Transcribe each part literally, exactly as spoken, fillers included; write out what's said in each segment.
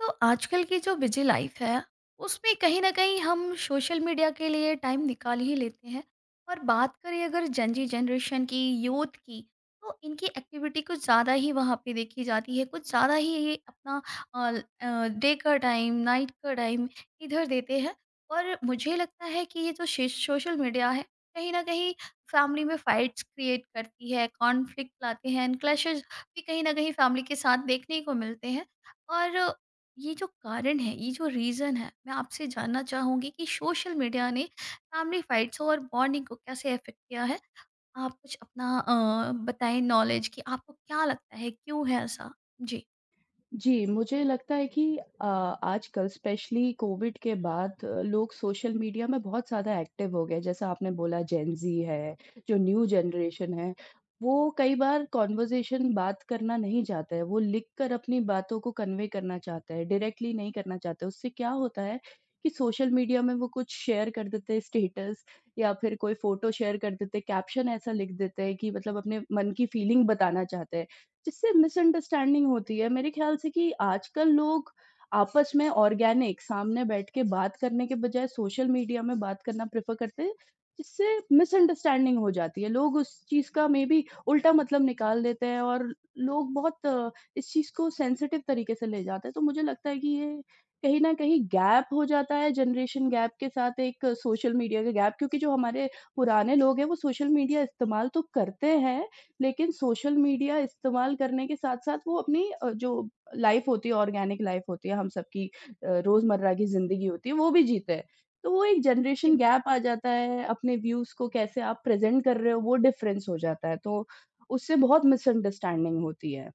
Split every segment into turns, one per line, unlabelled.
तो आजकल की जो बिजी लाइफ है उसमें कहीं ना कहीं हम सोशल मीडिया के लिए टाइम निकाल ही लेते हैं। और बात करें अगर जंजी जनरेशन की यूथ की, तो इनकी एक्टिविटी कुछ ज़्यादा ही वहाँ पे देखी जाती है, कुछ ज़्यादा ही ये अपना डे का टाइम, नाइट का टाइम इधर देते हैं। और मुझे लगता है कि ये जो सोशल मीडिया है, कहीं ना कहीं फैमिली में फाइट्स क्रिएट करती है, कॉन्फ्लिक्ट लाते हैं, क्लैशेस भी कहीं ना कहीं फैमिली के साथ देखने को मिलते हैं। और ये जो कारण है, ये जो रीज़न है, मैं आपसे जानना चाहूँगी कि सोशल मीडिया ने फैमिली फाइट्स और बॉन्डिंग को कैसे अफ़ेक्ट किया है? आप कुछ अपना अ, बताएँ नॉलेज कि आपको क्या लगता है, क्यों है ऐसा? जी।
जी, मुझे लगता है कि अ, आजकल स्पेशली कोविड के बाद अ, लोग सोशल मीडिया में बहुत ज़्यादा एक्टिव हो गए। जैसा आपने बोला जेन ज़ी है, जो न्यू जनरेशन है, वो कई बार कन्वर्सेशन बात करना नहीं चाहते हैं। वो लिख कर अपनी बातों को कन्वे करना चाहते हैं, डायरेक्टली नहीं करना चाहते। उससे क्या होता है कि सोशल मीडिया में वो कुछ शेयर कर देते हैं स्टेटस या फिर कोई फ़ोटो शेयर कर देते हैं, कैप्शन ऐसा लिख देते हैं कि मतलब अपने मन की फीलिंग बताना चाहते हैं। जिससे मिसअंडरस्टैंडिंग होती है। मेरे ख़्याल से कि आजकल लोग आपस में ऑर्गेनिक सामने बैठ के बात करने के बजाय सोशल मीडिया में बात करना प्रेफ़र करते हैं, जिससे मिसअंडरस्टैंडिंग हो जाती है। लोग उस चीज़ का मेबी उल्टा मतलब निकाल देते हैं और लोग बहुत अ, इस चीज़ को सेंसिटिव तरीके से ले जाते हैं। तो मुझे लगता है कि ये कहीं न कहीं गैप हो जाता है, जनरेशन गैप के साथ एक सोशल मीडिया का गैप क्योंकि जो हमारे पुराने लोग हैं, वो सोशल मीडिया इस्तेमाल तो करते हैं लेकिन सोशल मीडिया इस्तेमाल करने के साथ-साथ वो अपनी अ, जो लाइफ़ होती है, ऑर्गेनिक लाइफ़ होती है, हम सबकी अ, रोज़मर्रा की ज़िंदगी होती है, वो भी जीते हैं। तो वो एक जनरेशन गैप आ जाता है, अपने व्यूज़ को कैसे आप प्रेज़ेंट कर रहे हो, वो डिफ़रेंस हो जाता है, तो उससे बहुत मिसअंडरस्टैंडिंग होती है।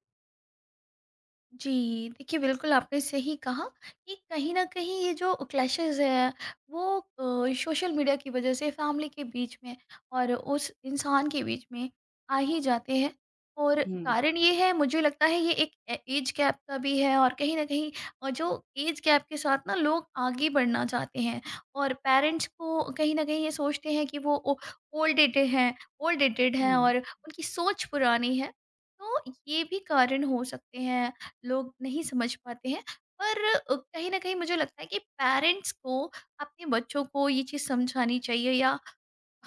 जी, देखिए बिल्कुल आपने सही कहा कि कहीं न कहीं ये जो क्लैशेस हैं, वो अ, सोशल मीडिया की वज़ह से फैमिली के बीच में और उस इंसान के बीच में आ ही जाते हैं। और
हुँ।
कारण ये है, मुझे लगता है ये एक ए ऐज गैप का भी है और कहीं न कहीं अ, जो ऐज गैप के साथ ना लोग आगे बढ़ना चाहते हैं, और पेरेंट्स को कहीं न कहीं ये सोचते हैं कि वो ओ ओल्ड डेटेड हैं, ओल्ड डेटेड हैं
हुँ।
और उनकी सोच पुरानी है। तो ये भी कारण हो सकते हैं। लोग नहीं समझ पाते हैं, पर अ, कहीं न कहीं मुझे लगता है कि पेरेंट्स को अपने बच्चों को ये चीज़ समझानी चाहिए, या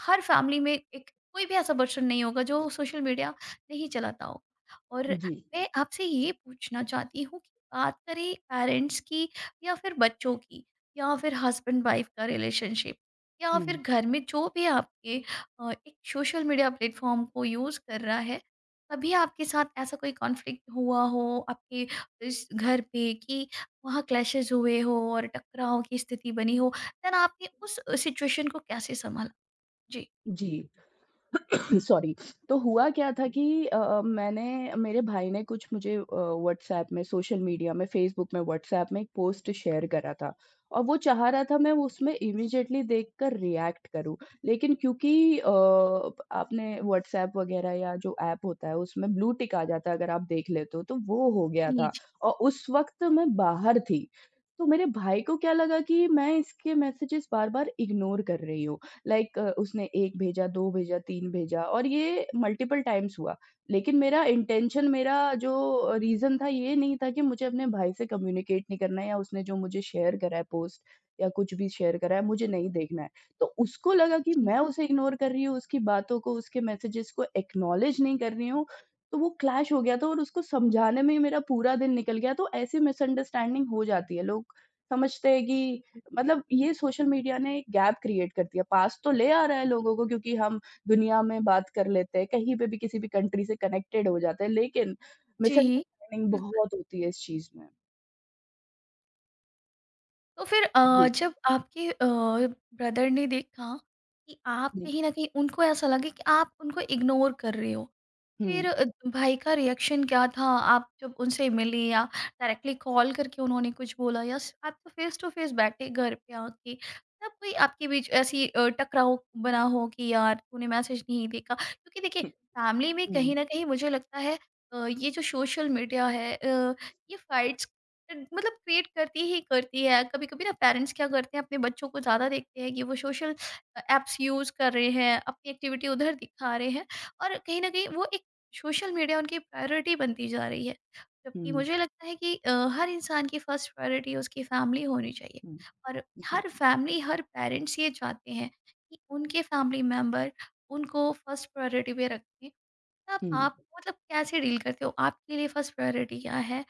हर फैमिली में एक कोई भी ऐसा पर्सन नहीं होगा जो सोशल मीडिया नहीं चलाता हो। और
जी।
मैं आपसे ये पूछना चाहती हूँ कि बात करें पेरेंट्स की या फिर बच्चों की, या फिर हस्बैंड वाइफ का रिलेशनशिप, या फिर
हुँ।
घर में जो भी आपके अ, एक सोशल मीडिया प्लेटफॉर्म को यूज़ कर रहा है, कभी आपके साथ ऐसा कोई कॉन्फ्लिक्ट हुआ हो आपके इस घर पे कि वहाँ क्लैशेज़ हुए हो और टकराव की स्थिति बनी हो, देन आपने उस सिचुएशन को कैसे सँभाला? जी।
जी। सॉरी। तो हुआ क्या था कि अ, मैंने मेरे भाई ने कुछ मुझे अ, व्हाट्सएप में सोशल मीडिया में फेसबुक में व्हाट्सएप में एक पोस्ट शेयर करा था और वो चाह रहा था मैं उसमें इमीडिएटली देखकर रिएक्ट करूं लेकिन क्योंकि अ, आपने व्हाट्सएप वगैरह या जो ऐप होता है उसमें ब्लू टिक आ जाता है अगर आप देख लेते हो तो वो हो गया
जी,
था
जी,
और उस वक्त मैं बाहर थी तो मेरे भाई को क्या लगा कि मैं इसके मैसेजेस बार बार इग्नोर कर रही हूँ लाइक अ, उसने एक भेजा, दो भेजा, तीन भेजा और ये मल्टीपल टाइम्स हुआ। लेकिन मेरा इंटेंशन मेरा जो रीज़न था ये नहीं था कि मुझे अपने भाई से कम्युनिकेट नहीं करना है या उसने जो मुझे शेयर करा है पोस्ट या कुछ भी शेयर करा है मुझे नहीं देखना है। तो उसको लगा कि
जी,
मैं उसे इग्नोर कर रही हूँ, उसकी बातों को, उसके मैसेजेस को एक्नॉलेज नहीं कर रही हूँ, तो वो क्लैश हो गया था और उसको समझाने में ही मेरा पूरा दिन निकल गया। तो ऐसी मिसअंडरस्टैंडिंग हो जाती है। लोग समझते हैं कि मतलब ये सोशल मीडिया ने एक गैप क्रिएट कर दिया। पास तो ले आ रहा है लोगों को क्योंकि हम दुनिया में बात कर लेते हैं, कहीं पे भी किसी भी कंट्री से कनेक्टेड हो जाते हैं, लेकिन
जी।
मिसअंडरस्टैंडिंग
बिल्कुल,
बहुत होती है इस चीज़ में।
तो फिर अ,
जी,
जब आपके अ, ब्रदर ने देखा कि आप
जी।
कहीं न कहीं, उनको ऐसा लगे कि आप उनको इग्नोर कर रहे हो,
हुँ,
फिर अ, भाई का रिएक्शन क्या था? आप जब उनसे मिली, या डायरेक्टली कॉल करके उन्होंने कुछ बोला, या स आप तो फेस टू फेस बैठे घर पे आके, तब कोई आपके बीच ऐसी अ, टकराव बना हो कि यार तूने मैसेज नहीं देखा? क्योंकि देखिए
हुँ,
फैमिली में
हुँ,
कहीं न कहीं मुझे लगता है अ, ये जो सोशल मीडिया है, अ, ये फाइट्स अ, मतलब क्रिएट करती ही करती है। कभी-कभी ना पेरेंट्स क्या करते हैं, अपने बच्चों को ज़्यादा देखते हैं कि वो सोशल अ, ऐप्स यूज़ कर रहे हैं, अपनी एक्टिविटी उधर दिखा रहे हैं, और कहीं न कहीं वो एक सोशल मीडिया उनकी प्रायोरिटी बनती जा रही है, जबकि
हुँ,
मुझे लगता है कि अ, हर इंसान की फर्स्ट प्रायोरिटी उसकी फैमिली होनी चाहिए,
हुँ।
और
जी,
हर फैमिली, हर पेरेंट्स ये चाहते हैं कि उनके फैमिली मेम्बर उनको फर्स्ट प्रायोरिटी पे रखें। तब
हुँ।
आप मतलब कैसे डील करते हो, आपके लिए फर्स्ट प्रायोरिटी क्या है,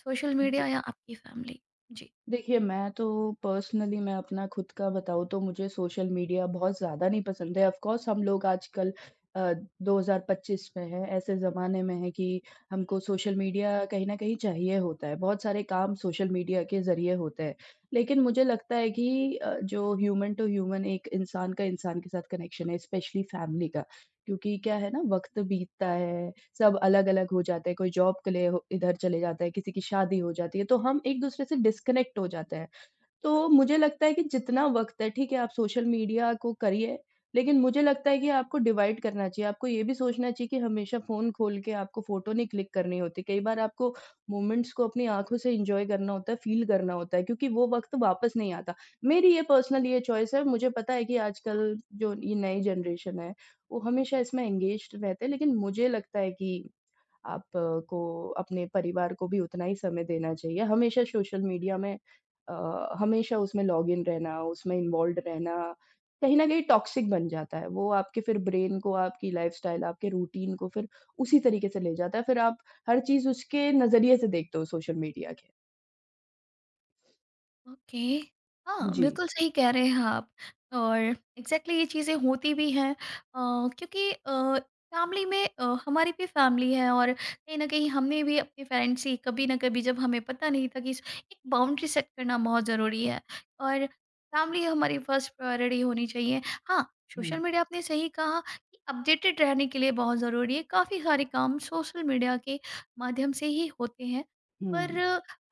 सोशल मीडिया या आपकी फैमिली? जी।
देखिए, मैं तो पर्सनली मैं अपना खुद का बताऊँ तो मुझे सोशल मीडिया बहुत ज़्यादा नहीं पसंद है। ऑफ़ कोर्स हम लोग आजकल अ, दो हज़ार पच्चीस में हैं, ऐसे ज़माने में हैं कि हमको सोशल मीडिया कहीं न कहीं चाहिए होता है। बहुत सारे काम सोशल मीडिया के ज़रिए होते हैं। लेकिन मुझे लगता है कि अ, जो ह्यूमन टू ह्यूमन एक इंसान का इंसान के साथ कनेक्शन है, स्पेशली फैमिली का, क्योंकि क्या है ना वक़्त बीतता है, सब अलग-अलग हो जाते हैं, कोई जॉब के लिए हो इधर चले जाता है, किसी की शादी हो जाती है, तो हम एक-दूसरे से डिस्कनेक्ट हो जाते हैं। तो मुझे लगता है कि जितना वक़्त है, ठीक है, आप सोशल मीडिया को करिए, लेकिन मुझे लगता है कि आपको डिवाइड करना चाहिए। आपको ये भी सोचना चाहिए कि हमेशा फ़ोन खोल के आपको फ़ोटो नहीं क्लिक करनी होती। कई बार आपको मोमेंट्स को अपनी आँखों से एन्जॉय करना होता है, फ़ील करना होता है, क्योंकि वो वक़्त वापस नहीं आता। मेरी ये पर्सनल ये चॉइस है। मुझे पता है कि आजकल जो ये नई जनरेशन है, वो हमेशा इसमें एंगेज्ड रहते हैं, लेकिन मुझे लगता है कि आपको अपने परिवार को भी उतना ही समय देना चाहिए। हमेशा सोशल मीडिया में अ, हमेशा उसमें लॉगिन रहना, उसमें इन्वॉल्व्ड रहना, कहीं न कहीं टॉक्सिक बन जाता है। वो आपके फिर ब्रेन को, आपकी लाइफ़स्टाइल, आपके रूटीन को फिर उसी तरीके से ले जाता है। फिर आप हर चीज़ उसके नज़रिए से देखते हो सोशल मीडिया के।
ओके। हाँ,
जी।
बिल्कुल सही कह रहे हैं आप। और एग्जैक्टली exactly ये चीज़ें होती भी हैं, अ, क्योंकि फैमिली में अ, हमारी भी फैमिली है, और कहीं ना कहीं हमने भी अपने पेरेंट्स से कभी ना कभी, जब हमें पता नहीं था कि इस- एक बाउंड्री सेट करना बहुत ज़रूरी है, और फैमिली हमारी फर्स्ट प्रायोरिटी होनी चाहिए। हाँ, सोशल
हुँ,
मीडिया आपने सही कहा कि अपडेटेड रहने के लिए बहुत ज़रूरी है, काफ़ी सारे काम सोशल मीडिया के माध्यम से ही होते हैं, पर
हुँ,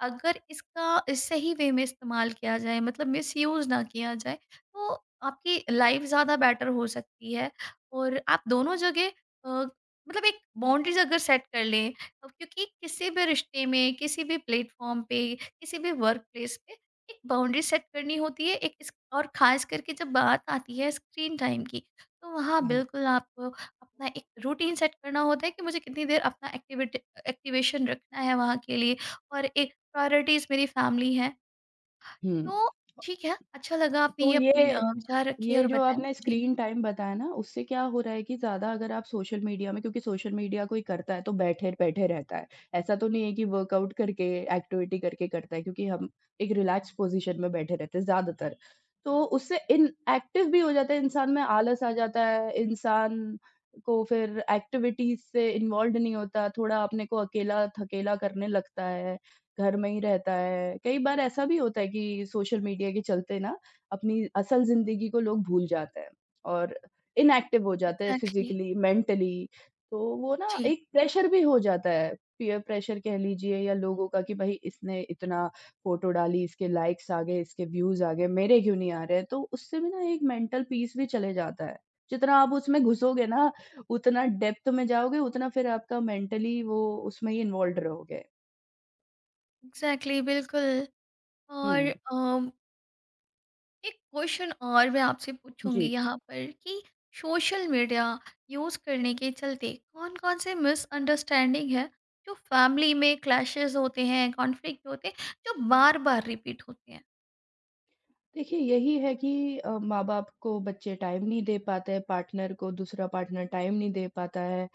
अगर इसका सही वे में इस्तेमाल किया जाए, मतलब मिसयूज़ ना किया जाए, तो आपकी लाइफ ज़्यादा बेटर हो सकती है, और आप दोनों जगह अ, मतलब एक बाउंड्रीज़ अगर सेट कर लें। अब क्योंकि किसी भी रिश्ते में, किसी भी प्लेटफ़ॉर्म पे, किसी भी वर्क प्लेस पे एक बाउंड्री सेट करनी होती है, एक इस और ख़ास करके जब बात आती है स्क्रीन टाइम की, तो वहाँ
हाँ।
बिल्कुल आपको अपना एक रूटीन सेट करना होता है कि मुझे कितनी देर अपना एक्टिविटी एक्टिवेशन रखना है वहाँ के लिए, और एक प्रायोरिटीज़ मेरी फैमिली है।
हुँ।
तो ठीक है, अच्छा लगा आपने
तो
ये अपने अ,
ये
विचार रखे
ये
और
जो
बताएँ।
आपने
जी,
स्क्रीन टाइम बताया ना, उससे क्या हो रहा है कि ज़्यादा अगर आप सोशल मीडिया में क्योंकि सोशल मीडिया कोई करता है तो बैठे-बैठे रहता है। ऐसा तो नहीं है कि वर्कआउट करके, एक्टिविटी करके करता है क्योंकि हम एक रिलैक्स पोज़ीशन में बैठे रहते हैं ज़्यादातर। तो उससे इनएक्टिव भी हो जाता है इंसान में आलस आ जाता है, इंसान को फिर एक्टिविटीज़ से इन्वॉल्व्ड नहीं होता, थोड़ा अपने को अकेला-थकेला करने लगता है, घर में ही रहता है। कई बार ऐसा भी होता है कि सोशल मीडिया के चलते ना अपनी असल ज़िंदगी को लोग भूल जाते हैं और इनएक्टिव हो जाते हैं
एग्ज़ैक्टली।
Physically, mentally. तो वो ना
जी,
एक प्रेशर भी हो जाता है, पीयर प्रेशर कह लीजिए या लोगों का कि भई इसने इतना फ़ोटो डाली, इसके लाइक्स आ गए, इसके व्यूज़ आ गए, मेरे क्यों नहीं आ रहे? तो उससे भी ना एक मेंटल पीस भी चले जाता है। जितना आप उसमें घुसोगे ना, उतना डेप्थ में जाओगे, उतना फिर आपका मेंटली वो उसमें ही इन्वॉल्व्ड रहोगे।
एग्ज़ैक्टली, बिल्कुल। और
हुँ,
अम, एक क्वेश्चन और मैं आपसे पूछूँगी
जी।
यहाँ पर कि सोशल मीडिया यूज़ करने के चलते कौन-कौन से मिसअंडरस्टैंडिंग है, जो फैमिली में क्लैशेज़ होते हैं, कॉन्फ्लिक्ट होते हैं, जो बार-बार रिपीट होते हैं?
देखिए, यही है कि अ, माँ-बाप को बच्चे टाइम नहीं दे पाते हैं, पार्टनर को दूसरा पार्टनर टाइम नहीं दे पाता है।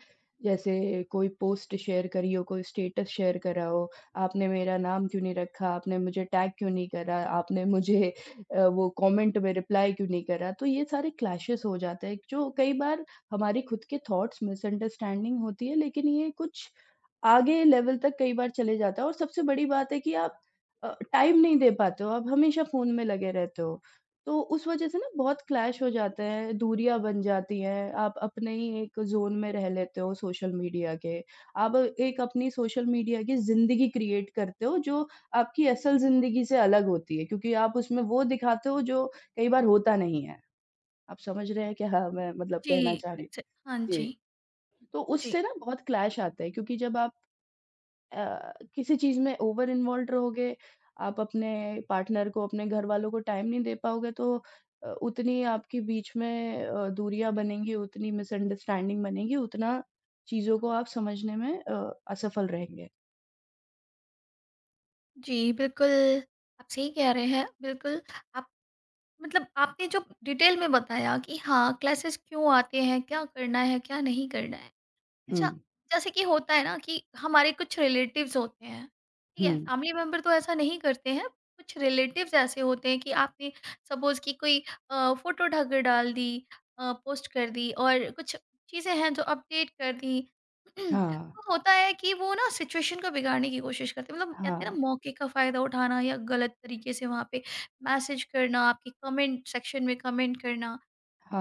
जैसे कोई पोस्ट शेयर करी हो, कोई स्टेटस शेयर करा हो, आपने मेरा नाम क्यों नहीं रखा, आपने मुझे टैग क्यों नहीं करा, आपने मुझे अ, वो कमेंट में रिप्लाई क्यों नहीं करा। तो ये सारे क्लैशेस हो जाते हैं, जो कई बार हमारी खुद के थॉट्स मिसअंडरस्टैंडिंग होती है, लेकिन ये कुछ आगे लेवल तक कई बार चले जाता है और सबसे बड़ी बात है कि आप अ, टाइम नहीं दे पाते हो, आप हमेशा फ़ोन में लगे रहते हो। तो उस वज़ह से ना बहुत क्लैश हो जाते हैं, दूरियाँ बन जाती हैं, आप अपने ही एक ज़ोन में रह लेते हो सोशल मीडिया के। आप एक अपनी सोशल मीडिया की ज़िंदगी क्रिएट करते हो जो आपकी असल ज़िंदगी से अलग होती है क्योंकि आप उसमें वो दिखाते हो जो कई बार होता नहीं है। आप समझ रहे हैं क्या मैं मतलब
जी,
कहना चाह रही हूँ?
एग्ज़ै हाँ
जी,
जी।
तो
जी,
उससे ना बहुत क्लैश आता है क्योंकि जब आप अ, किसी चीज़ में ओवर इन्वॉल्व्ड रहोगे, आप अपने पार्टनर को, अपने घर वालों को टाइम नहीं दे पाओगे तो अ, उतनी आपके बीच में अ, दूरियाँ बनेंगी, उतनी मिसअंडरस्टैंडिंग बनेगी, उतना चीज़ों को आप समझने में अ, असफल रहेंगे।
जी, बिल्कुल, आप सही कह रहे हैं, बिल्कुल आप मतलब आपने जो डिटेल में बताया कि हाँ, क्लासेस क्यों आते हैं, क्या करना है, क्या नहीं करना है।
हुँ,
अच्छा, जैसे कि होता है ना कि हमारे कुछ रिलेटिव्स होते हैं, ठीक
हुँ।
है? फैमिली मेंबर तो ऐसा नहीं करते हैं, कुछ रिलेटिव्स ऐसे होते हैं कि आपने सपोज़ कि कोई अ, फ़ोटो ढालकर डाल दी, अ, पोस्ट कर दी, और कुछ चीज़ें हैं जो अपडेट कर दी।
हाँ,
तो होता है कि वो ना सिचुएशन को बिगाड़ने की कोशिश करते हैं, मतलब कहते हैं
हाँ,
ना, मौके का फ़ायदा उठाना, या गलत तरीके से वहाँ पे मैसेज करना, आपके कमेंट सेक्शन में कमेंट करना।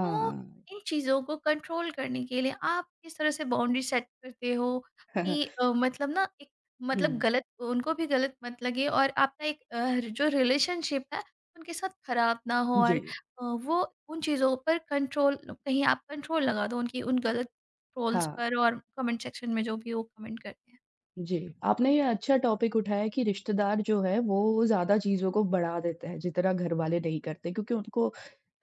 तो इन चीज़ों को कंट्रोल करने के लिए आप किस तरह से बाउंड्री सेट करते हो कि अ, मतलब ना एक, मतलब
हुँ।
गलत, उनको भी गलत मत लगे और आपका एक अ, जो रिलेशनशिप है उनके साथ खराब ना हो, और अ,
जी,
वो उन चीज़ों पर कंट्रोल, कहीं आप कंट्रोल लगा दो उनकी उन गलत ट्रोल्स
हाँ।
पर और कमेंट सेक्शन में जो भी वो कमेंट करते हैं।
जी, आपने ये अच्छा टॉपिक उठाया कि रिश्तेदार जो है वो ज़्यादा चीज़ों को बढ़ा देते हैं, जितना घर वाले नहीं करते क्योंकि उनको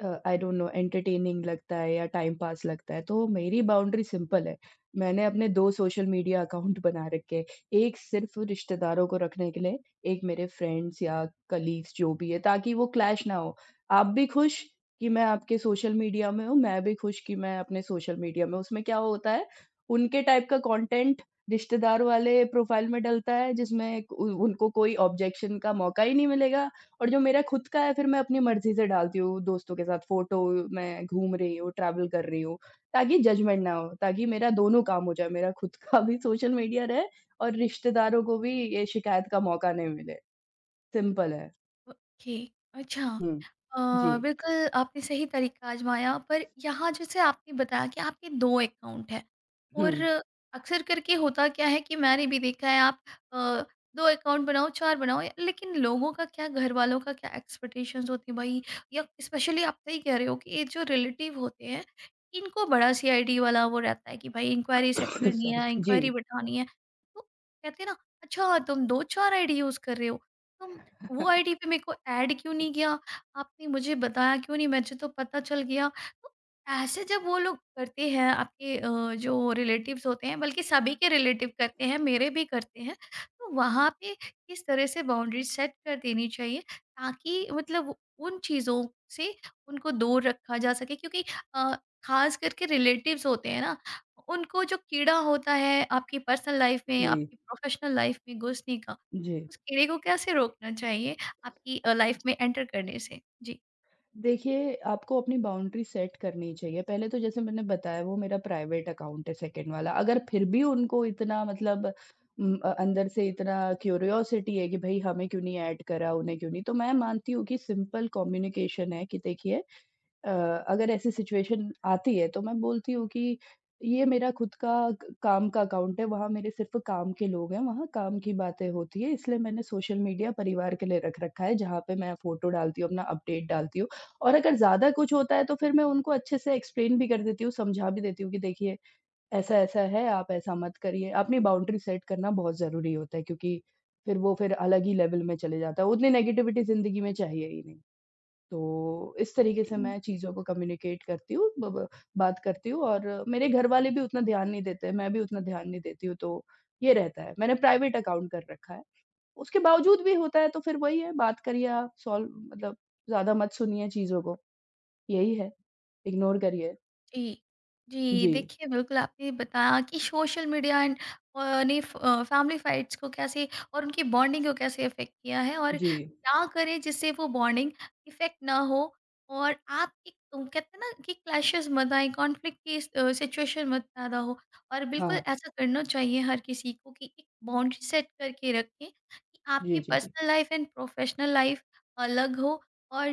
अ, आई डोंट नो एंटरटेनिंग लगता है या टाइम पास लगता है। तो मेरी बाउंड्री सिंपल है, मैंने अपने दो सोशल मीडिया अकाउंट बना रखे हैं, एक सिर्फ़ रिश्तेदारों को रखने के लिए, एक मेरे फ्रेंड्स या कलीग्स जो भी है ताकि वो क्लैश ना हो। आप भी खुश कि मैं आपके सोशल मीडिया में हूँ, मैं भी खुश कि मैं अपने सोशल मीडिया में हूँ। उसमें क्या होता है, उनके टाइप का कंटेंट रिश्तेदारों वाले प्रोफ़ाइल में डलता है जिसमें उ उनको कोई ऑब्जेक्शन का मौका ही नहीं मिलेगा और जो मेरा खुद का है फिर मैं अपनी मर्ज़ी से डालती हूँ दोस्तों के साथ फ़ोटो, मैं घूम रही हूँ, ट्रैवल कर रही हूँ, ताकि जजमेंट ना हो, ताकि मेरा दोनों काम हो जाए, मेरा खुद का भी सोशल मीडिया रहे और रिश्तेदारों को भी ये शिकायत का मौका नहीं मिले, सिंपल है।
ओके। अच्छा।
हुँ। जी।
अ, बिल्कुल आपने सही तरीका आजमाया, पर यहाँ जैसे आपने बताया कि आपके दो अकाउंट हैं, और
हुँ।
अक्सर करके होता क्या है कि मैंने भी देखा है, आप अ, दो अकाउंट बनाओ, चार बनाओ, या लेकिन लोगों का क्या, घर वालों का क्या एक्सपेक्टेशंस होती हैं भाई, या स्पेशली आप सही कह रहे हो कि ये जो रिलेटिव होते हैं, इनको बड़ा सीआईडी वाला वो रहता है कि भाई इंक्वायरी सेट करनी
सॉरी।
है,
जी,
इंक्वायरी बैठानी है। तो कहते हैं ना, अच्छा तुम दो चार आईडी यूज कर रहे हो, तुम वो आईडी पे मेरे को ऐड क्यों नहीं किया? आपने मुझे बताया क्यों नहीं? मुझे तो पता चल गया। तो ऐसे जब वो लोग करते हैं, आपके अ, जो रिलेटिव्स होते हैं, बल्कि सभी के रिलेटिव करते हैं, मेरे भी करते हैं। तो वहाँ पे किस तरह से बाउंड्री सेट कर देनी चाहिए ताकि मतलब उन चीज़ों से उनको दूर रखा जा सके, क्योंकि अ, ख़ास करके रिलेटिव्स होते हैं ना, उनको जो कीड़ा होता है आपकी पर्सनल लाइफ़ में,
जी।
आपकी प्रोफ़ेशनल लाइफ़ में घुसने का,
जी।
उस कीड़े को कैसे रोकना चाहिए आपकी अ, लाइफ में एंटर करने से? जी।
देखिए, आपको अपनी बाउंड्री सेट करनी चाहिए। पहले तो जैसे मैंने बताया वो मेरा प्राइवेट अकाउंट है सेकंड वाला। अगर फिर भी उनको इतना मतलब उम, अ, अंदर से इतना क्यूरियोसिटी है कि भई हमें क्यों नहीं ऐड करा, उन्हें क्यों नहीं, तो मैं मानती हूँ कि सिंपल कम्युनिकेशन है कि देखिए अ, अगर ऐसी सिचुएशन आती है तो मैं बोलती हूँ कि ये मेरा खुद का क काम का अकाउंट है, वहाँ मेरे सिर्फ़ काम के लोग हैं, वहाँ काम की बातें होती हैं, इसलिए मैंने सोशल मीडिया परिवार के लिए रख रखा है, जहाँ पे मैं फ़ोटो डालती हूँ, अपना अपडेट डालती हूँ और अगर ज़्यादा कुछ होता है तो फिर मैं उनको अच्छे से एक्सप्लेन भी कर देती हूँ, समझा भी देती हूँ कि देखिए ऐसा-ऐसा है, आप ऐसा मत करिए। अपनी बाउंड्री सेट करना बहुत ज़रूरी होता है क्योंकि फिर वो फिर अलग ही लेवल में चले जाता है, उतनी नेगेटिविटी ज़िंदगी में चाहिए ही नहीं। तो इस तरीके से
जी
मैं चीज़ों को कम्युनिकेट करती हूँ, ब ब बात करती हूँ और मेरे घर वाले भी उतना ध्यान नहीं देते, मैं भी उतना ध्यान नहीं देती हूँ, तो ये रहता है। मैंने प्राइवेट अकाउंट कर रखा है। उसके बावजूद भी होता है तो फिर वही है, बात करिए आप सॉल्व मतलब ज़्यादा मत सुनिए चीज़ों को, यही है, इग्नोर करिए।
जी। जी,
जी,
देखिए बिल्कुल आपने बताया कि सोशल मीडिया एंड अ, ने फ अ, फैमिली फाइट्स को कैसे और उनकी बॉन्डिंग को कैसे इफ़ेक्ट किया है, और
जी।
क्या करें जिससे वो बॉन्डिंग इफ़ेक्ट ना हो, और आप एक अ, कहते हैं ना कि क्लैशेस मत आएँ, कॉन्फ्लिक्ट की स अ, सिचुएशन मत पैदा हो, और बिल्कुल
हाँ।
ऐसा करना चाहिए हर किसी को कि एक बाउंड्री सेट करके रखें कि आपकी
जी, जी, जी।
Personal life and professional life अलग हो, और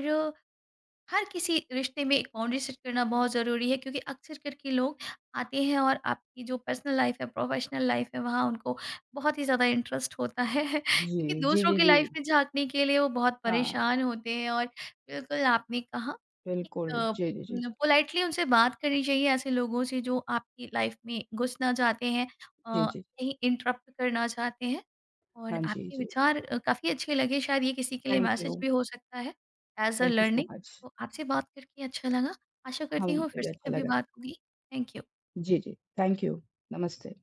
हर किसी रिश्ते में एक बाउंड्री सेट करना बहुत ज़रूरी है, क्योंकि अक्सर करके लोग आते हैं और आपकी जो पर्सनल लाइफ है, प्रोफेशनल लाइफ है, वहाँ उनको बहुत ही ज़्यादा इंटरेस्ट होता है
जी,
क्योंकि
जी,
दूसरों
जी,
की
जी।
लाइफ में झाँकने के लिए वो बहुत
हाँ,
परेशान होते हैं। और बिल्कुल आपने कहा कि
बिल्कुल।
एक अ,
जी, जी, जी, जी।
न पोलाइटली उनसे बात करनी चाहिए ऐसे लोगों से जो आपकी लाइफ में घुसना चाहते हैं,
जी,
अ,
जी।
कहीं इंटरप्ट करना चाहते हैं। और
हाँ जी,
आपके
जी।
विचार अ, काफ़ी अच्छे लगे, शायद ये किसी के लिए
थैंक यू।
मैसेज भी हो सकता है as a
thank you so
learning.
Much.
तो आपसे बात करके अच्छा लगा। आशा
हाँ,
करती हूँ
मुझे
फिर
भी
से
अच्छा
कभी
लगा।
बात होगी। Thank you.
जी, जी। Thank you. नमस्ते।